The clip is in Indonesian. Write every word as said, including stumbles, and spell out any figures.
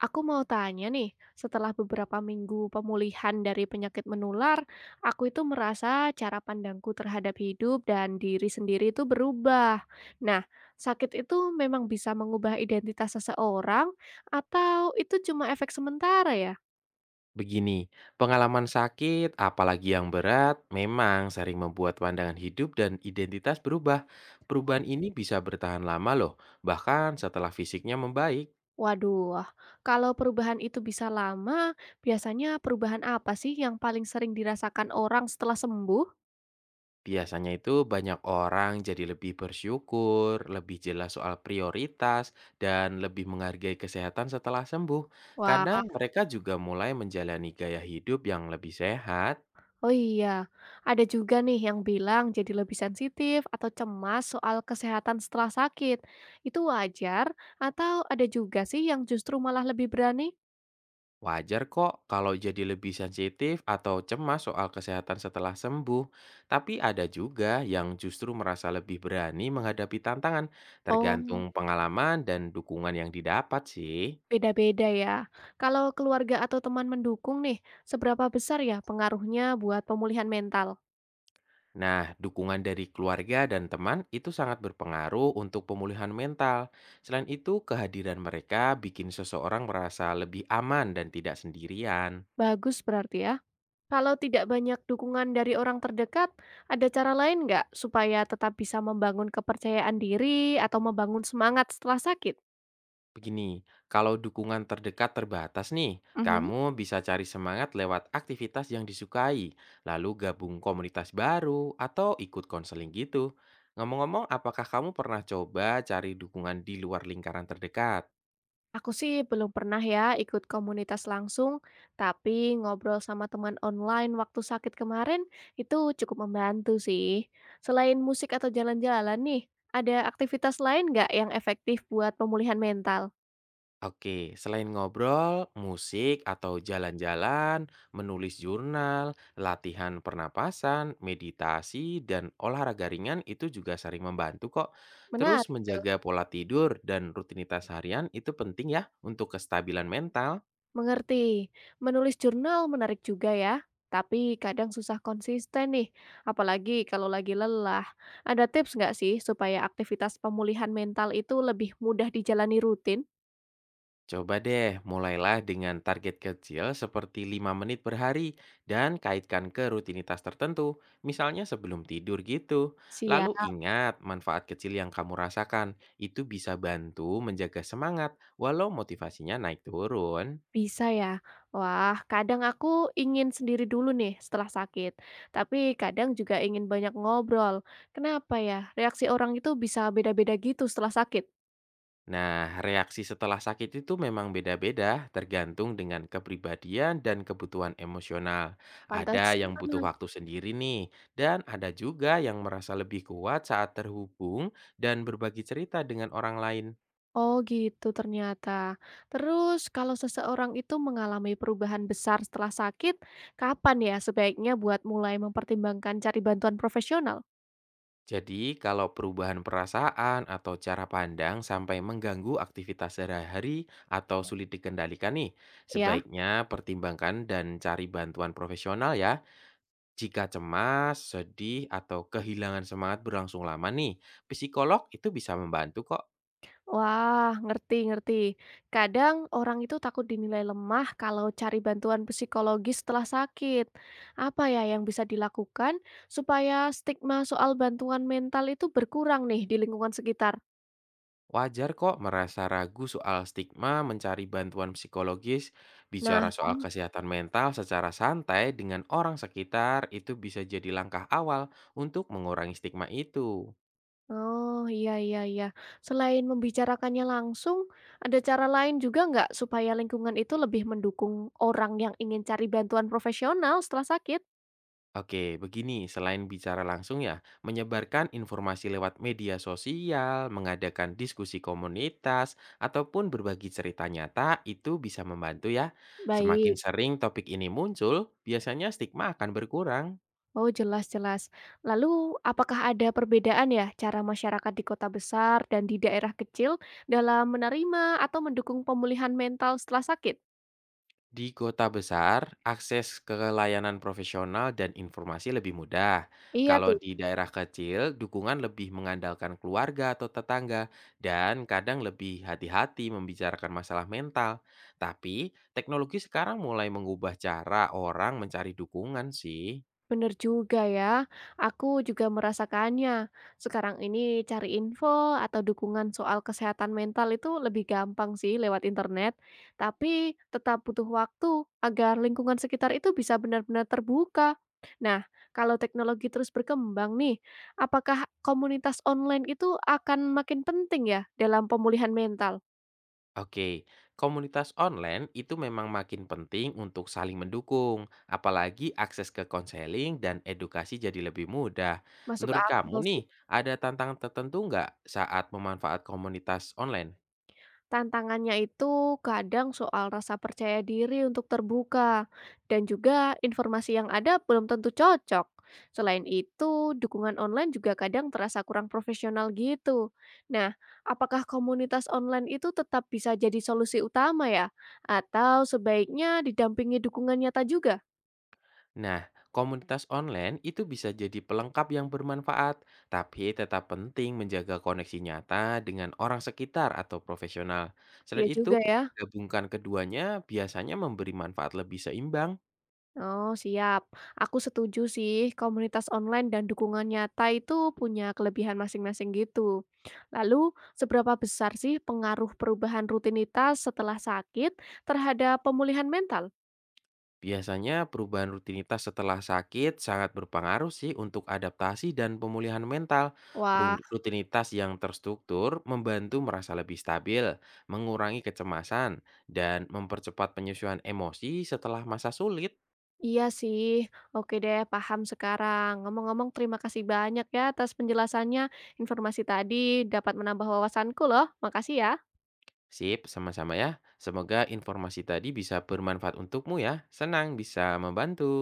Aku mau tanya nih, setelah beberapa minggu pemulihan dari penyakit menular, aku itu merasa cara pandangku terhadap hidup dan diri sendiri itu berubah. Nah, sakit itu memang bisa mengubah identitas seseorang atau itu cuma efek sementara ya? Begini, pengalaman sakit, apalagi yang berat, memang sering membuat pandangan hidup dan identitas berubah. Oh, Perubahan gitu. ini bisa bertahan lama loh, bahkan setelah fisiknya membaik. Waduh, kalau perubahan itu bisa lama, biasanya perubahan apa sih yang paling sering dirasakan orang setelah sembuh? Biasanya itu banyak orang jadi lebih bersyukur, lebih jelas soal prioritas, dan lebih menghargai kesehatan setelah sembuh. Kadang Wah. mereka juga mulai menjalani gaya hidup yang lebih sehat. Oh iya, ada juga nih yang bilang jadi lebih sensitif atau cemas soal kesehatan setelah sakit. Itu wajar atau ada juga sih yang justru malah lebih berani? Wajar kok kalau jadi lebih sensitif atau cemas soal kesehatan setelah sembuh, tapi ada juga yang justru merasa lebih berani menghadapi tantangan, Oh, tergantung pengalaman dan dukungan yang didapat sih. beda-beda ya. Kalau keluarga atau teman mendukung nih, seberapa besar ya pengaruhnya buat pemulihan mental? Nah, dukungan dari keluarga dan teman itu sangat berpengaruh untuk pemulihan mental. Selain itu, kehadiran mereka bikin seseorang merasa lebih aman dan tidak sendirian. Bagus berarti ya. Kalau tidak banyak dukungan dari orang terdekat, ada cara lain nggak supaya tetap bisa membangun kepercayaan diri atau membangun semangat setelah sakit? Begini, kalau dukungan terdekat terbatas nih, kamu bisa cari semangat lewat aktivitas yang disukai, lalu gabung komunitas baru atau ikut konseling gitu. Ngomong-ngomong, apakah kamu pernah coba cari dukungan di luar lingkaran terdekat? Aku sih belum pernah ya ikut komunitas langsung, tapi ngobrol sama teman online waktu sakit kemarin itu cukup membantu sih. Selain musik atau jalan-jalan nih, ada aktivitas lain nggak yang efektif buat pemulihan mental? Oke, selain ngobrol, musik atau jalan-jalan, menulis jurnal, latihan pernapasan, meditasi, dan olahraga ringan itu juga sering membantu kok. Terus Menarik tuh. menjaga pola tidur dan rutinitas harian itu penting ya untuk kestabilan mental. Mengerti. Menulis jurnal menarik juga ya, tapi kadang susah konsisten nih, apalagi kalau lagi lelah. Ada tips nggak sih supaya aktivitas pemulihan mental itu lebih mudah dijalani rutin? Coba deh, mulailah dengan target kecil seperti lima menit per hari dan kaitkan ke rutinitas tertentu, misalnya sebelum tidur gitu. Lalu Siap. ingat, manfaat kecil yang kamu rasakan itu bisa bantu menjaga semangat walau motivasinya naik turun. Bisa ya? Wah, kadang aku ingin sendiri dulu nih setelah sakit, tapi kadang juga ingin banyak ngobrol. Kenapa ya? Reaksi orang itu bisa beda-beda gitu setelah sakit. Nah, reaksi setelah sakit itu memang beda-beda, tergantung dengan kepribadian dan kebutuhan emosional. Ada Pantesan. yang butuh waktu sendiri nih, dan ada juga yang merasa lebih kuat saat terhubung dan berbagi cerita dengan orang lain. Oh gitu ternyata. Terus kalau seseorang itu mengalami perubahan besar setelah sakit, kapan ya sebaiknya buat mulai mempertimbangkan cari bantuan profesional? Jadi, kalau perubahan perasaan atau cara pandang sampai mengganggu aktivitas sehari-hari atau sulit dikendalikan nih, Ya. sebaiknya pertimbangkan dan cari bantuan profesional ya. Jika cemas, sedih, atau kehilangan semangat berlangsung lama nih, psikolog itu bisa membantu kok. Wah, ngerti ngerti. Kadang orang itu takut dinilai lemah kalau cari bantuan psikologis setelah sakit. Apa ya yang bisa dilakukan supaya stigma soal bantuan mental itu berkurang nih di lingkungan sekitar? Wajar kok merasa ragu soal stigma mencari bantuan psikologis, bicara Nah. soal Hmm. kesehatan mental secara santai dengan orang sekitar itu bisa jadi langkah awal untuk mengurangi stigma itu. Oh iya iya iya. Selain membicarakannya langsung, ada cara lain juga nggak supaya lingkungan itu lebih mendukung orang yang ingin cari bantuan profesional setelah sakit? Oke, begini, selain bicara langsung ya, menyebarkan informasi lewat media sosial, mengadakan diskusi komunitas, ataupun berbagi cerita nyata itu bisa membantu ya. Semakin Baik. sering topik ini muncul, biasanya stigma akan berkurang. Oh, jelas jelas. Lalu apakah ada perbedaan ya cara masyarakat di kota besar dan di daerah kecil dalam menerima atau mendukung pemulihan mental setelah sakit? Di kota besar, akses ke layanan profesional dan informasi lebih mudah. Iya tuh. Kalau di daerah kecil, dukungan lebih mengandalkan keluarga atau tetangga, dan kadang lebih hati-hati membicarakan masalah mental. Tapi, teknologi sekarang mulai mengubah cara orang mencari dukungan sih. Bener juga ya, aku juga merasakannya. Sekarang ini cari info atau dukungan soal kesehatan mental itu lebih gampang sih lewat internet, tapi tetap butuh waktu agar lingkungan sekitar itu bisa benar-benar terbuka. Nah, kalau teknologi terus berkembang nih, apakah komunitas online itu akan makin penting ya dalam pemulihan mental? Oke, komunitas online itu memang makin penting untuk saling mendukung, apalagi akses ke konseling dan edukasi jadi lebih mudah. Masuk Menurut kamu akal nih, sih. ada tantangan tertentu nggak saat memanfaat komunitas online? Tantangannya itu kadang soal rasa percaya diri untuk terbuka, dan juga informasi yang ada belum tentu cocok. Selain itu, dukungan online juga kadang terasa kurang profesional gitu. Nah, apakah komunitas online itu tetap bisa jadi solusi utama ya? Atau sebaiknya didampingi dukungan nyata juga? Nah, komunitas online itu bisa jadi pelengkap yang bermanfaat, tapi tetap penting menjaga koneksi nyata dengan orang sekitar atau profesional. Iya Selain itu, juga ya. gabungkan keduanya biasanya memberi manfaat lebih seimbang. Oh, siap. Aku setuju sih, komunitas online dan dukungan nyata itu punya kelebihan masing-masing gitu. Lalu, seberapa besar sih pengaruh perubahan rutinitas setelah sakit terhadap pemulihan mental? Biasanya perubahan rutinitas setelah sakit sangat berpengaruh sih untuk adaptasi dan pemulihan mental. Wah, Run- Rutinitas yang terstruktur membantu merasa lebih stabil, mengurangi kecemasan, dan mempercepat penyesuaian emosi setelah masa sulit. iya sih. Oke deh, paham sekarang. Ngomong-ngomong, terima kasih banyak ya atas penjelasannya. Informasi tadi dapat menambah wawasanku loh. Makasih ya. Sip, sama-sama ya. Semoga informasi tadi bisa bermanfaat untukmu ya. Senang bisa membantu.